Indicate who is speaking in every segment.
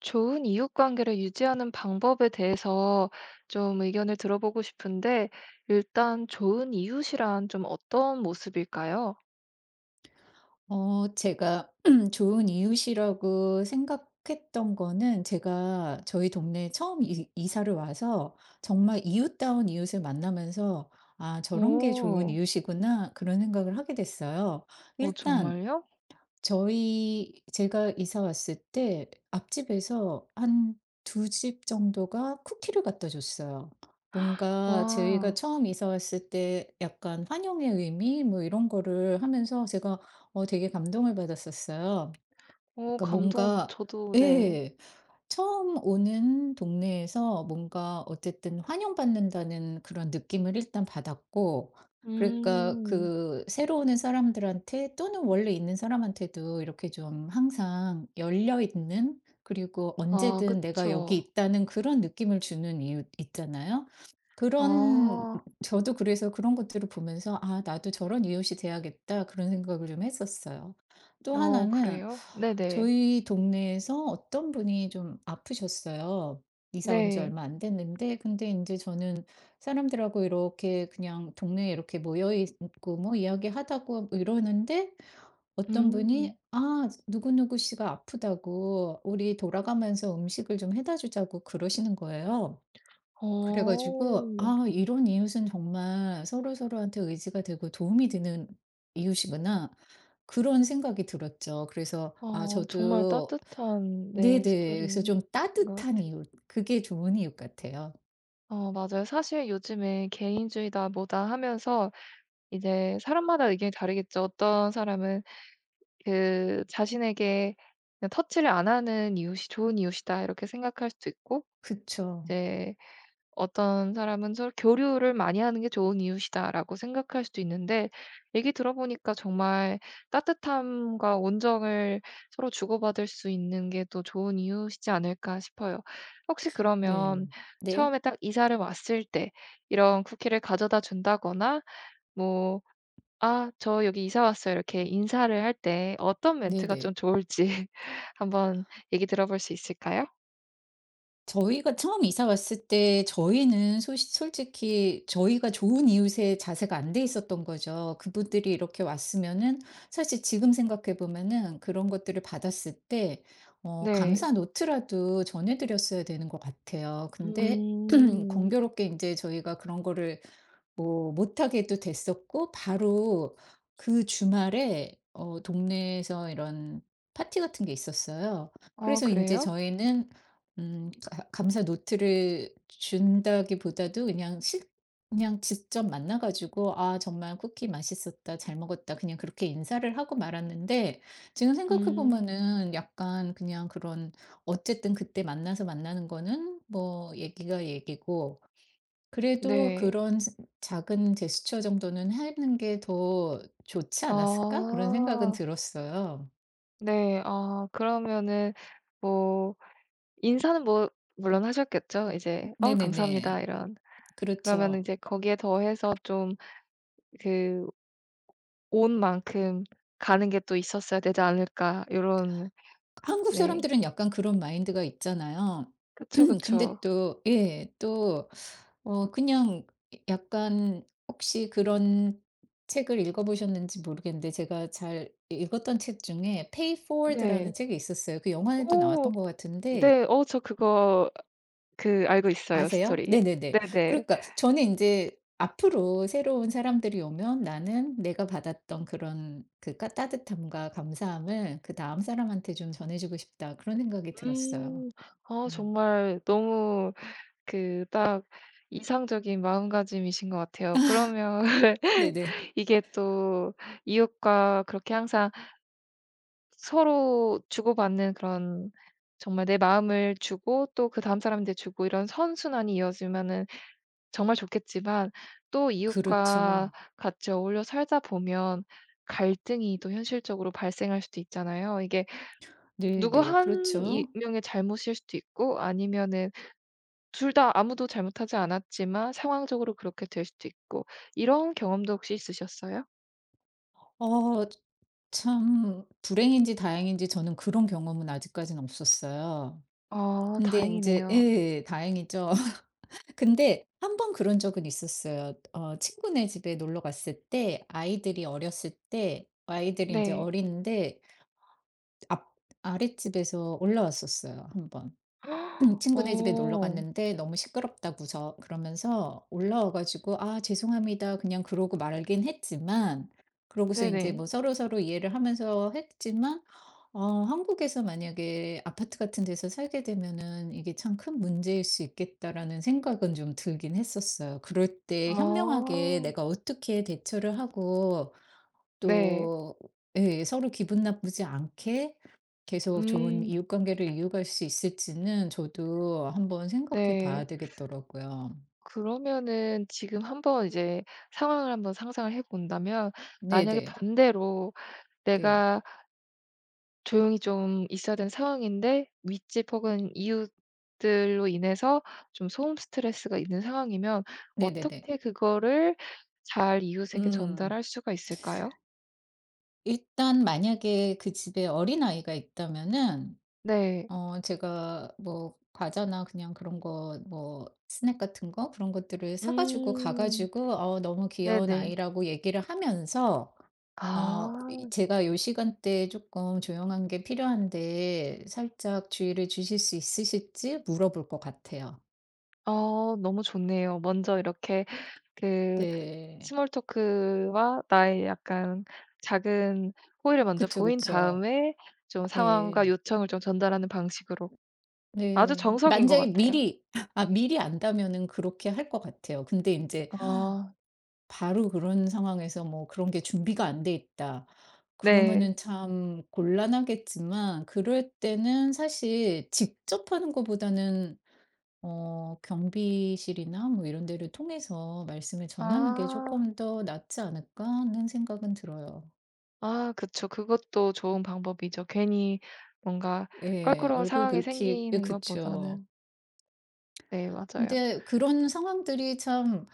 Speaker 1: 좋은 이웃 관계를 유지하는 방법에 대해서 의견을 들어보고 싶은데, 일단 좋은 이웃이란 어떤 모습일까요?
Speaker 2: 제가 좋은 이웃이라고 생각했던 거는 제가 저희 동네에 처음 이 이사를 와서 정말 이웃다운 이웃을 만나면서 '아 저런 게 좋은
Speaker 1: 오,
Speaker 2: 이웃이구나.' 그런 생각을 하게 됐어요.
Speaker 1: 어,
Speaker 2: 일단
Speaker 1: 정말요?
Speaker 2: 저희 제가 이사 왔을 때 앞집에서 한 두 집 정도가 쿠키를 갖다 줬어요. 뭔가 저희가
Speaker 1: 와,
Speaker 2: 처음 이사 왔을 때 약간 환영의 의미 뭐 이런 거를 하면서 제가 되게 감동을 받았었어요.
Speaker 1: 오,
Speaker 2: 그러니까
Speaker 1: 감동,
Speaker 2: 뭔가
Speaker 1: 저도, 네.
Speaker 2: 예. 처음 오는 동네에서 뭔가 어쨌든 환영받는다는 그런 느낌을 일단 받았고, 그러니까
Speaker 1: 음,
Speaker 2: 그 새로 오는 사람들한테 또는 원래 있는 사람한테도 이렇게 좀 항상 열려 있는, 그리고
Speaker 1: 아,
Speaker 2: 언제든 내가 여기
Speaker 1: 그쵸.
Speaker 2: 있다는 그런 느낌을 주는 이유 있잖아요. 그런
Speaker 1: 아,
Speaker 2: 저도 그래서 그런 것들을 보면서 '아 나도 저런 이웃이 돼야겠다.' 그런 생각을 좀 했었어요. 또
Speaker 1: 어,
Speaker 2: 하나는
Speaker 1: 그래요? 네네.
Speaker 2: 저희 동네에서 어떤 분이 좀 아프셨어요. 이사 온 지
Speaker 1: 네.
Speaker 2: 얼마 안 됐는데, 근데 인제 저는 사람들하고 이렇게 그냥 동네에 이렇게 모여 있고 뭐 이야기하다고 뭐 이러는데 어떤 분이
Speaker 1: 음,
Speaker 2: "아 누구누구 씨가 아프다고 우리 돌아가면서 음식을 좀 해다 주자."고 그러시는 거예요. 그래
Speaker 1: 어,
Speaker 2: 가지고 아 이런 이웃은 정말 서로서로한테 의지가 되고 도움이 되는 이웃이구나. 그런 생각이 들었죠. 그래서 아
Speaker 1: 어, 정말
Speaker 2: 저도
Speaker 1: 따뜻한, 네,
Speaker 2: 네네. 그래서
Speaker 1: 스토리인
Speaker 2: 좀
Speaker 1: 것
Speaker 2: 따뜻한
Speaker 1: 같아요.
Speaker 2: 이웃. 그게 좋은 이웃 같아요.
Speaker 1: 어 맞아요. 사실 요즘에 개인주의다 뭐다 하면서 이제 사람마다 의견이 다르겠죠. 어떤 사람은 그 자신에게 그냥 터치를 안 하는 이웃이 좋은 이웃이다 이렇게 생각할 수도 있고
Speaker 2: 그쵸.
Speaker 1: 이제 어떤 사람은 서로 '교류를 많이 하는 게 좋은 이웃이다.'라고 생각할 수도 있는데 얘기 들어보니까 정말 따뜻함과 온정을 서로 주고받을 수 있는 게 또 좋은 이웃이지 않을까 싶어요. 혹시
Speaker 2: 네.
Speaker 1: 그러면
Speaker 2: 네.
Speaker 1: 처음에 딱 이사를 왔을 때 이런 쿠키를 가져다 준다거나 뭐 "아 저 여기 이사 왔어요." 이렇게 인사를 할 때 어떤 멘트가
Speaker 2: 네네.
Speaker 1: 좀 좋을지 한번 얘기 들어볼 수 있을까요?
Speaker 2: 저희가 처음 이사 왔을 때 저희는 소시 솔직히 저희가 좋은 이웃의 자세가 안 돼 있었던 거죠. 그분들이 이렇게 왔으면은 사실 지금 생각해 보면은 그런 것들을 받았을 때 어
Speaker 1: 네.
Speaker 2: 감사 노트라도 전해 드렸어야 되는 것 같아요. 근데
Speaker 1: 음.
Speaker 2: 공교롭게 이제 저희가 그런 거를 뭐 못하게도 됐었고, 바로 그 주말에 동네에서 이런 파티 같은 게 있었어요.
Speaker 1: 아
Speaker 2: 그래서 이제
Speaker 1: 그래요?
Speaker 2: 저희는 가 감사 노트를 준다기보다도 그냥 실 그냥 직접 만나 가지고 "아 정말 쿠키 맛있었다. 잘 먹었다." 그냥 그렇게 인사를 하고 말았는데, 지금 생각해
Speaker 1: 음
Speaker 2: 보면은 약간 그냥 그런 어쨌든 그때 만나서 만나는 거는 뭐 얘기가 얘기고, 그래도
Speaker 1: 네.
Speaker 2: 그런 스 '작은 제스처 정도는 하는 게 더 좋지 않았을까?' 그런 생각은
Speaker 1: 아
Speaker 2: 들었어요.
Speaker 1: 네. 아 그러면은 뭐 인사는 뭐 물론 하셨겠죠. 이제 "어
Speaker 2: 네네네.
Speaker 1: 감사합니다." 이런. 그러면
Speaker 2: 그렇죠.
Speaker 1: 이제 거기에 더해서 좀 그 '온 만큼 가는 게 또 있었어야 되지 않을까?' 요런
Speaker 2: 한국
Speaker 1: 네.
Speaker 2: 사람들은 약간 그런 마인드가 있잖아요.
Speaker 1: 그쵸,
Speaker 2: 근데
Speaker 1: 그쵸.
Speaker 2: 또 예. 또 어 그냥 약간 혹시 그런 책을 읽어보셨는지 모르겠는데, 제가 잘 읽었던 책 중에 페이 포워드라는
Speaker 1: 네.
Speaker 2: 책이 있었어요. 그 영화에도 나왔던
Speaker 1: 오
Speaker 2: 것 같은데
Speaker 1: 네. 어 저 그거 그 알고 있어요
Speaker 2: 아세요?
Speaker 1: 스토리.
Speaker 2: 네네네.
Speaker 1: 네네.
Speaker 2: 그러니까 저는 인제 앞으로 새로운 사람들이 오면 나는 내가 받았던 그런 그 까 따뜻함과 감사함을 그다음 사람한테 좀 전해 주고 싶다. 그런 생각이 들었어요.
Speaker 1: 음. 아
Speaker 2: 음.
Speaker 1: 정말 너무 그 딱 이상적인 마음가짐이신 것 같아요. 그러면
Speaker 2: 네네.
Speaker 1: 이게 또 이웃과 그렇게 항상 서로 주고받는 그런 정말 내 마음을 주고 또 그다음 사람한테 주고 이런 선순환이 이어지면은 정말 좋겠지만 또 이웃과
Speaker 2: 그렇죠.
Speaker 1: 같이 어울려 살다 보면 갈등이 또 현실적으로 발생할 수도 있잖아요. 이게 누구
Speaker 2: 네네.
Speaker 1: 한 이
Speaker 2: 그렇죠.
Speaker 1: 명의 잘못일 수도 있고 아니면은 둘 다 아무도 잘못하지 않았지만 상황적으로 그렇게 될 수도 있고 이런 경험도 혹시 있으셨어요?
Speaker 2: 어 참 불행인지 다행인지 저는 그런 경험은 아직까지는 없었어요.
Speaker 1: 아
Speaker 2: 근데 인제
Speaker 1: 다행이네요.
Speaker 2: 예 다행이죠. 근데 한 번 그런 적은 있었어요. 어 친구네 집에 놀러 갔을 때 아이들이 어렸을 때 아이들이 이제
Speaker 1: 네.
Speaker 2: 어린데 앞 아랫집에서 올라왔었어요 한 번. 친구네 집에 놀러
Speaker 1: 어
Speaker 2: 갔는데 너무 시끄럽다고 저 그러면서 올라와 가지고 "아 죄송합니다." 그냥 그러고 말긴 했지만, 그러고서 이제
Speaker 1: 네네.
Speaker 2: 뭐 서로서로 이해를 하면서 했지만, 한국에서 만약에 아파트 같은 데서 살게 되면은 '이게 참 큰 문제일 수 있겠다.'라는 생각은 좀 들긴 했었어요. 그럴 때
Speaker 1: 아
Speaker 2: 현명하게 내가 어떻게 대처를 하고,
Speaker 1: 네.
Speaker 2: 또 예 서로 기분 나쁘지 않게 계속 좋은
Speaker 1: 음
Speaker 2: 이웃 관계를 이어갈 수 있을지는 저도 한번 생각해
Speaker 1: 네.
Speaker 2: 봐야 되겠더라고요.
Speaker 1: 그러면은 지금 한번 이제 상황을 한번 상상을 해 본다면 만약에
Speaker 2: 네네.
Speaker 1: 반대로
Speaker 2: 네.
Speaker 1: 내가 조용히 좀 있어야 되는 상황인데 윗집 혹은 이웃들로 인해서 좀 소음 스트레스가 있는 상황이면
Speaker 2: 네네네.
Speaker 1: 어떻게 그거를 잘 이웃에게
Speaker 2: 음.
Speaker 1: 전달할 수가 있을까요?
Speaker 2: 일단 만약에 그 집에 어린아이가 있다면은
Speaker 1: 네.
Speaker 2: 어 제가 뭐 과자나 그냥 그런 거 뭐 스낵 같은 거 그런 것들을 사 가지고 가
Speaker 1: 음.
Speaker 2: 가지고 너무 귀여운
Speaker 1: 네네.
Speaker 2: 아이라고 얘기를 하면서 아 이
Speaker 1: 아.
Speaker 2: 제가 요 시간대에 조금 조용한 게 필요한데 살짝 주의를 주실 수 있으실지 물어볼 것 같아요.
Speaker 1: 어 너무 좋네요. 먼저 이렇게 그
Speaker 2: 네.
Speaker 1: 스몰 토크와 나의 약간 작은 호의를 먼저
Speaker 2: 그쵸,
Speaker 1: 보인
Speaker 2: 그쵸.
Speaker 1: 다음에 좀 상황과
Speaker 2: 예.
Speaker 1: 요청을 좀 전달하는 방식으로 아주
Speaker 2: 네.
Speaker 1: 정석인 것
Speaker 2: 만약에
Speaker 1: 같아요.
Speaker 2: 미리 아 미리 안다면은 그렇게 할 것 같아요. 근데 이제
Speaker 1: 어.
Speaker 2: 바로 그런 상황에서 뭐 그런 게 준비가 안 돼 있다
Speaker 1: 네.
Speaker 2: 그러면은 참 곤란하겠지만, 그럴 때는 사실 직접 하는 것보다는 경비실이나 뭐 이런 데를 통해서 말씀을 전하는 게
Speaker 1: 아.
Speaker 2: 조금 더 낫지 않을까 하는 생각은 들어요.
Speaker 1: 아 그쵸. 그것도 좋은 방법이죠. 괜히 뭔가
Speaker 2: 예.
Speaker 1: 껄끄러운
Speaker 2: 얼굴
Speaker 1: 상황이
Speaker 2: 붉히 예
Speaker 1: 생기는
Speaker 2: 그쵸.
Speaker 1: 것보다는 네 맞아요.
Speaker 2: 근데 그런 상황들이 참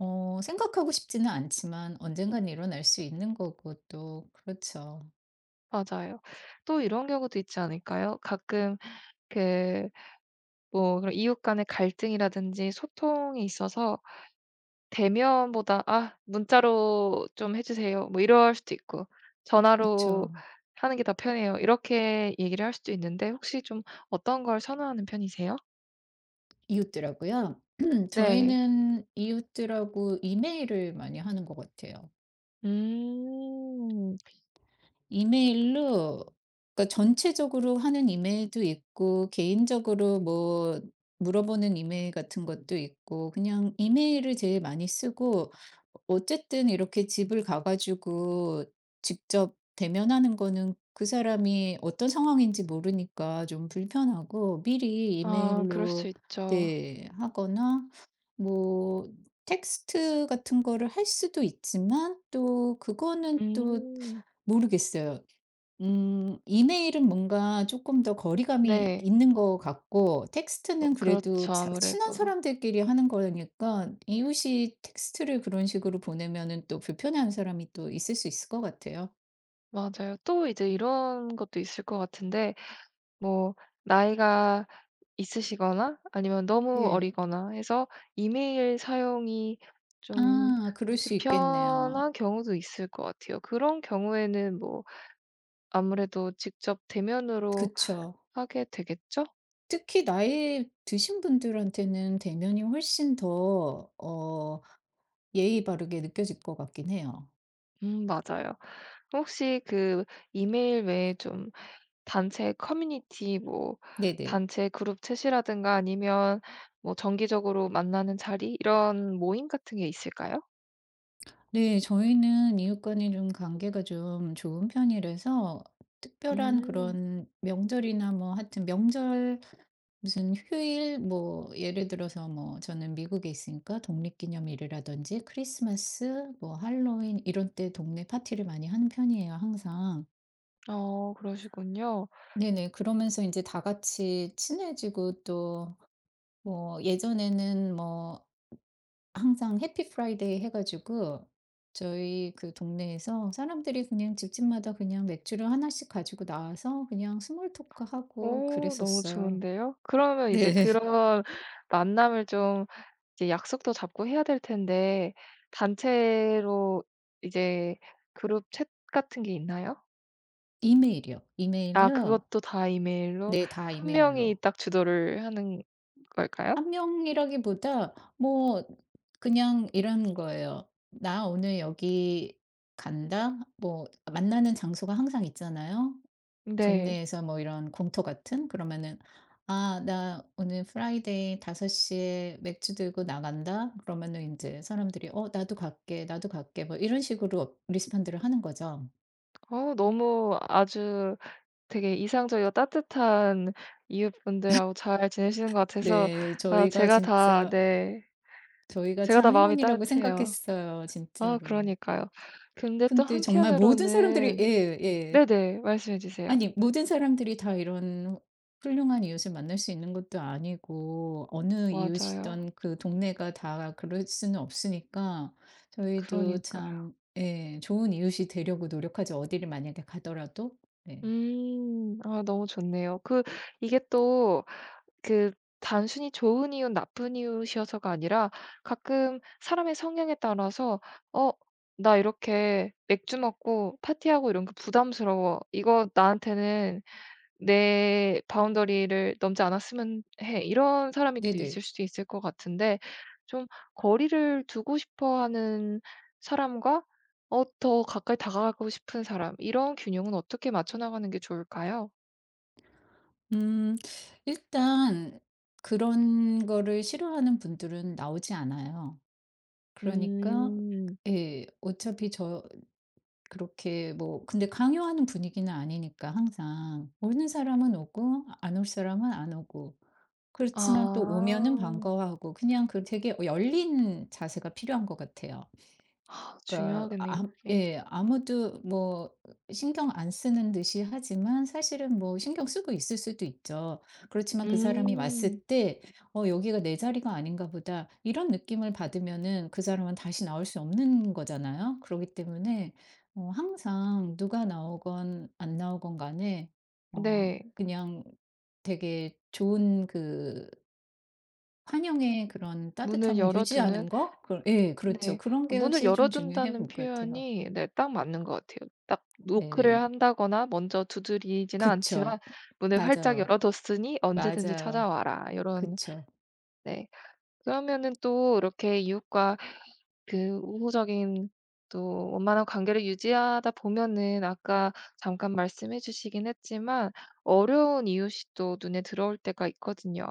Speaker 2: 생각하고 싶지는 않지만 언젠간 일어날 수 있는 거고 또 그렇죠.
Speaker 1: 맞아요. 또 이런 경우도 있지 않을까요? 가끔 그 뭐 그런 이웃 간의 갈등이라든지 소통이 있어서 대면보다 "아 문자로 좀 해 주세요." 뭐 이럴 수도 있고 "전화로
Speaker 2: 그쵸.
Speaker 1: 하는 게 더 편해요." 이렇게 얘기를 할 수도 있는데 혹시 좀 어떤 걸 선호하는 편이세요?
Speaker 2: 이웃들하고요?
Speaker 1: 네.
Speaker 2: 저희는 이웃들하고 이메일을 많이 하는 것 같아요.
Speaker 1: 음.
Speaker 2: 이메일로, 그러니까 전체적으로 하는 이메일도 있고 개인적으로 뭐 물어보는 이메일 같은 것도 있고, 그냥 이메일을 제일 많이 쓰고, 어쨌든 이렇게 집을 가 가지고 직접 대면하는 거는 그 사람이 어떤 상황인지 모르니까 좀 불편하고, 미리
Speaker 1: 아 그럴 수
Speaker 2: 이메일로
Speaker 1: 있죠.
Speaker 2: 네 하거나 뭐 텍스트 같은 거를 할 수도 있지만 또 그거는 또
Speaker 1: 음.
Speaker 2: 모르겠어요. 이메일은 뭔가 조금 더 거리감이
Speaker 1: 네.
Speaker 2: 있는 것 같고,
Speaker 1: 뭐,
Speaker 2: 텍스트는 그래도
Speaker 1: 그렇죠.
Speaker 2: 자 친한
Speaker 1: 아무래도.
Speaker 2: 사람들끼리 하는 거니까 이웃이 텍스트를 그런 식으로 보내면은 또 불편해하는 사람이 또 있을 수 있을 것 같아요.
Speaker 1: 맞아요. 또 이제 이런 것도 있을 것 같은데 뭐 나이가 있으시거나 아니면 너무
Speaker 2: 네.
Speaker 1: 어리거나 해서 이메일 사용이 좀
Speaker 2: 아 그럴 수 있겠네요.
Speaker 1: 불편한 경우도 있을 것 같아요. 그런 경우에는 뭐 아무래도 직접 대면으로
Speaker 2: 그쵸.
Speaker 1: 하게 되겠죠?
Speaker 2: 특히 나이 드신 분들한테는 대면이 훨씬 더 예의 바르게 느껴질 것 같긴 해요.
Speaker 1: 맞아요. 혹시 그 이메일 외에 좀 단체 커뮤니티 뭐
Speaker 2: 네네.
Speaker 1: 단체 그룹 챗이라든가 아니면 뭐 정기적으로 만나는 자리 이런 모임 같은 게 있을까요?
Speaker 2: 네. 저희는 이웃간에 좀 관계가 좀 좋은 편이라서 특별한
Speaker 1: 음.
Speaker 2: 그런 명절이나 뭐 하여튼 명절 무슨 휴일 뭐 예를 들어서 뭐 저는 미국에 있으니까 독립기념일이라든지 크리스마스 뭐 할로윈 이런 때 동네 파티를 많이 하는 편이에요 항상.
Speaker 1: 어 그러시군요.
Speaker 2: 네네. 그러면서 이제 다 같이 친해지고, 또 뭐 예전에는 뭐 항상 해피 프라이데이 해 가지고 저희 그 동네에서 사람들이 그냥 집집마다 그냥 맥주를 하나씩 가지고 나와서 그냥 스몰 토크하고
Speaker 1: 오 너무
Speaker 2: 그랬었어요.
Speaker 1: 좋은데요. 그러면 이제
Speaker 2: 네.
Speaker 1: 그런 만남을 좀 이제 약속도 잡고 해야 될 텐데 단체로 이제 그룹 챗 같은 게 있나요?
Speaker 2: 이메일이요.
Speaker 1: 아
Speaker 2: 이메일로,
Speaker 1: 그것도 다 이메일로
Speaker 2: 네 다
Speaker 1: 한 명이
Speaker 2: 이메일로.
Speaker 1: 딱 주도를 하는 걸까요?
Speaker 2: 한 명이라기보다 뭐 그냥 이런 거예요. "나 오늘 여기 간다." 뭐 만나는 장소가 항상 있잖아요.
Speaker 1: 네.
Speaker 2: 동네에서 뭐 이런 공터 같은. 그러면은 "아 나 오늘 프라이데이 다섯시에 맥주 들고 나간다." 그러면은 이제 사람들이 "어 나도 갈게. 나도 갈게." 뭐 이런 식으로 리스폰드를 하는 거죠.
Speaker 1: 어 너무 아주 되게 이상적이고 따뜻한 이웃분들하고 잘 지내시는 것 같아서
Speaker 2: 네.
Speaker 1: 아 제가 다 네.
Speaker 2: 저희가
Speaker 1: 제가
Speaker 2: 참
Speaker 1: 다 마음이
Speaker 2: 행운이라고
Speaker 1: 따뜻해요.
Speaker 2: 생각했어요
Speaker 1: 아
Speaker 2: 진짜로.
Speaker 1: 그러니까요. 근데 또
Speaker 2: 근데 정말 모든 사람들이 예.
Speaker 1: 한편으로는
Speaker 2: 예.
Speaker 1: 네네. 말씀해 주세요.
Speaker 2: 아니 모든 사람들이 다 이런 훌륭한 이웃을 만날 수 있는 것도 아니고, 어느
Speaker 1: 맞아요.
Speaker 2: 이웃이든 그 동네가 다 그럴 수는 없으니까 저희도
Speaker 1: 그러니까요.
Speaker 2: 참 예 좋은 이웃이 되려고 노력하죠, 어디를 만약에 가더라도. 네.
Speaker 1: 음. 아 너무 좋네요. 그 이게 또 그 단순히 좋은 이웃, 나쁜 이웃이어서가 아니라 가끔 사람의 성향에 따라서 '어 나 이렇게 맥주 먹고 파티하고 이런 거 부담스러워. 이거 나한테는 내 바운더리를 넘지 않았으면 해.' 이런 사람이 또
Speaker 2: 네네.
Speaker 1: 있을 수도 있을 것 같은데 좀 거리를 두고 싶어 하는 사람과 어 더 가까이 다가가고 싶은 사람 이런 균형은 어떻게 맞춰 나가는 게 좋을까요?
Speaker 2: 음 일단 그런 거를 싫어하는 분들은 나오지 않아요. 그러니까
Speaker 1: 음.
Speaker 2: 예 어차피 저 그렇게 뭐 근데 강요하는 분위기는 아니니까 항상 오는 사람은 오고 안 올 사람은 안 오고, 그렇지만 또
Speaker 1: 아.
Speaker 2: 오면은 반가워하고 그냥 그 되게 열린 자세가 필요한 것 같아요.
Speaker 1: 아
Speaker 2: 그러니까 아
Speaker 1: 중요하겠네요 그게.
Speaker 2: 예 아무도 뭐 신경 안 쓰는 듯이 하지만 사실은 뭐 신경 쓰고 있을 수도 있죠. 그렇지만 그 사람이
Speaker 1: 음.
Speaker 2: 왔을 때 '어 여기가 내 자리가 아닌가 보다.' 이런 느낌을 받으면은 그 사람은 다시 나올 수 없는 거잖아요. 그러기 때문에 항상 누가 나오건 안 나오건 간에 어
Speaker 1: 네.
Speaker 2: 그냥 되게 좋은 그 환영의 그런
Speaker 1: 문을
Speaker 2: 따뜻함을
Speaker 1: 열어두는
Speaker 2: 유지하는 거? 그 예 그렇죠.
Speaker 1: 네.
Speaker 2: 그런 게
Speaker 1: 문을
Speaker 2: 확실히 좀 중요해
Speaker 1: 열어둔다는
Speaker 2: 볼 것 같아요.
Speaker 1: 표현이 네 딱 맞는 것 같아요. 딱 노크를
Speaker 2: 네.
Speaker 1: 한다거나 먼저 두드리지는
Speaker 2: 그쵸.
Speaker 1: 않지만 "문을 활짝
Speaker 2: 맞아요.
Speaker 1: 열어뒀으니 언제든지
Speaker 2: 맞아요.
Speaker 1: 찾아와라." 이런
Speaker 2: 그쵸.
Speaker 1: 네. 그러면은 또 이렇게 이웃과 그 우호적인 또 원만한 관계를 유지하다 보면은 아까 잠깐 말씀해 주시긴 했지만 어려운 이웃이 또 눈에 들어올 때가 있거든요.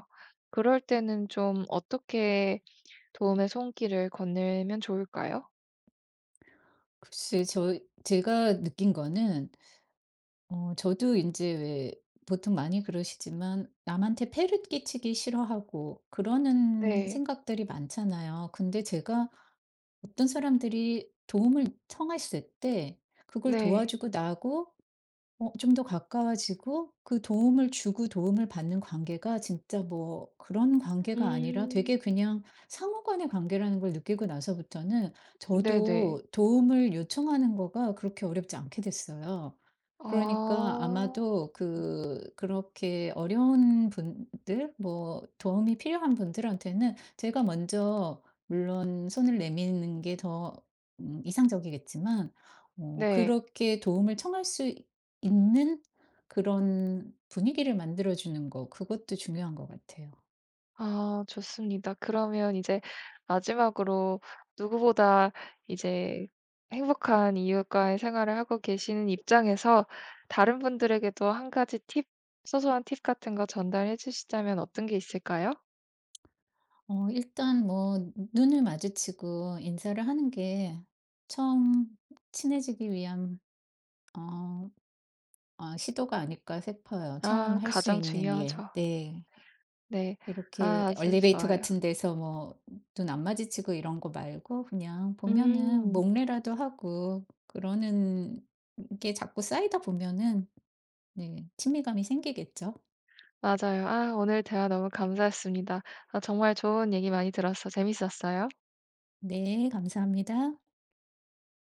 Speaker 1: 그럴 때는 좀 어떻게 도움의 손길을 건네면 좋을까요?
Speaker 2: 글쎄 저 제가 느낀 거는 저도 이제 왜 보통 많이 그러시지만 남한테 폐를 끼치기 싫어하고 그러는
Speaker 1: 네.
Speaker 2: 생각들이 많잖아요. 근데 제가 어떤 사람들이 도움을 청했을 때 그걸
Speaker 1: 네.
Speaker 2: 도와주고 나하고 좀 더 가까워지고, 그 도움을 주고 도움을 받는 관계가 진짜 뭐 그런 관계가 아니라 되게
Speaker 1: 음.
Speaker 2: 그냥 상호 간의 관계라는 걸 느끼고 나서부터는
Speaker 1: 네네.
Speaker 2: 저도 도움을 요청하는 거가 그렇게 어렵지 않게 됐어요.
Speaker 1: 아.
Speaker 2: 그러니까 아마도 그 그렇게 어려운 분들 뭐 도움이 필요한 분들한테는 제가 먼저 물론 손을 내미는 게 더 이상적이겠지만
Speaker 1: 네.
Speaker 2: 그렇게 도움을 청할 수 있는 그런 분위기를 만들어 주는 거 그것도 중요한 것 같아요.
Speaker 1: 아 좋습니다. 그러면 이제 마지막으로 누구보다 이제 행복한 이웃과의 생활을 하고 계시는 입장에서 다른 분들에게도 한 가지 팁, 소소한 팁 같은 거 전달해 주시자면 어떤 게 있을까요?
Speaker 2: 일단 뭐 눈을 마주치고 인사를 하는 게 처음 친해지기 위한 어 '시도가 아닐까.' 싶어요. 처음
Speaker 1: 아
Speaker 2: 할 수
Speaker 1: 가장
Speaker 2: 있는 일.
Speaker 1: 중요하죠.
Speaker 2: 네.
Speaker 1: 네.
Speaker 2: 이렇게
Speaker 1: 아 아주
Speaker 2: 엘리베이터
Speaker 1: 좋아요.
Speaker 2: 같은 데서 뭐 눈 안 마주치고 이런 거 말고 그냥 보면은
Speaker 1: 음
Speaker 2: 목례라도 하고 그러는 게 자꾸 쌓이다 보면은 네 친밀감이 생기겠죠.
Speaker 1: 맞아요. 아 오늘 대화 너무 감사했습니다. 아 정말 좋은 얘기 많이 들어서 재밌었어요.
Speaker 2: 네, 감사합니다.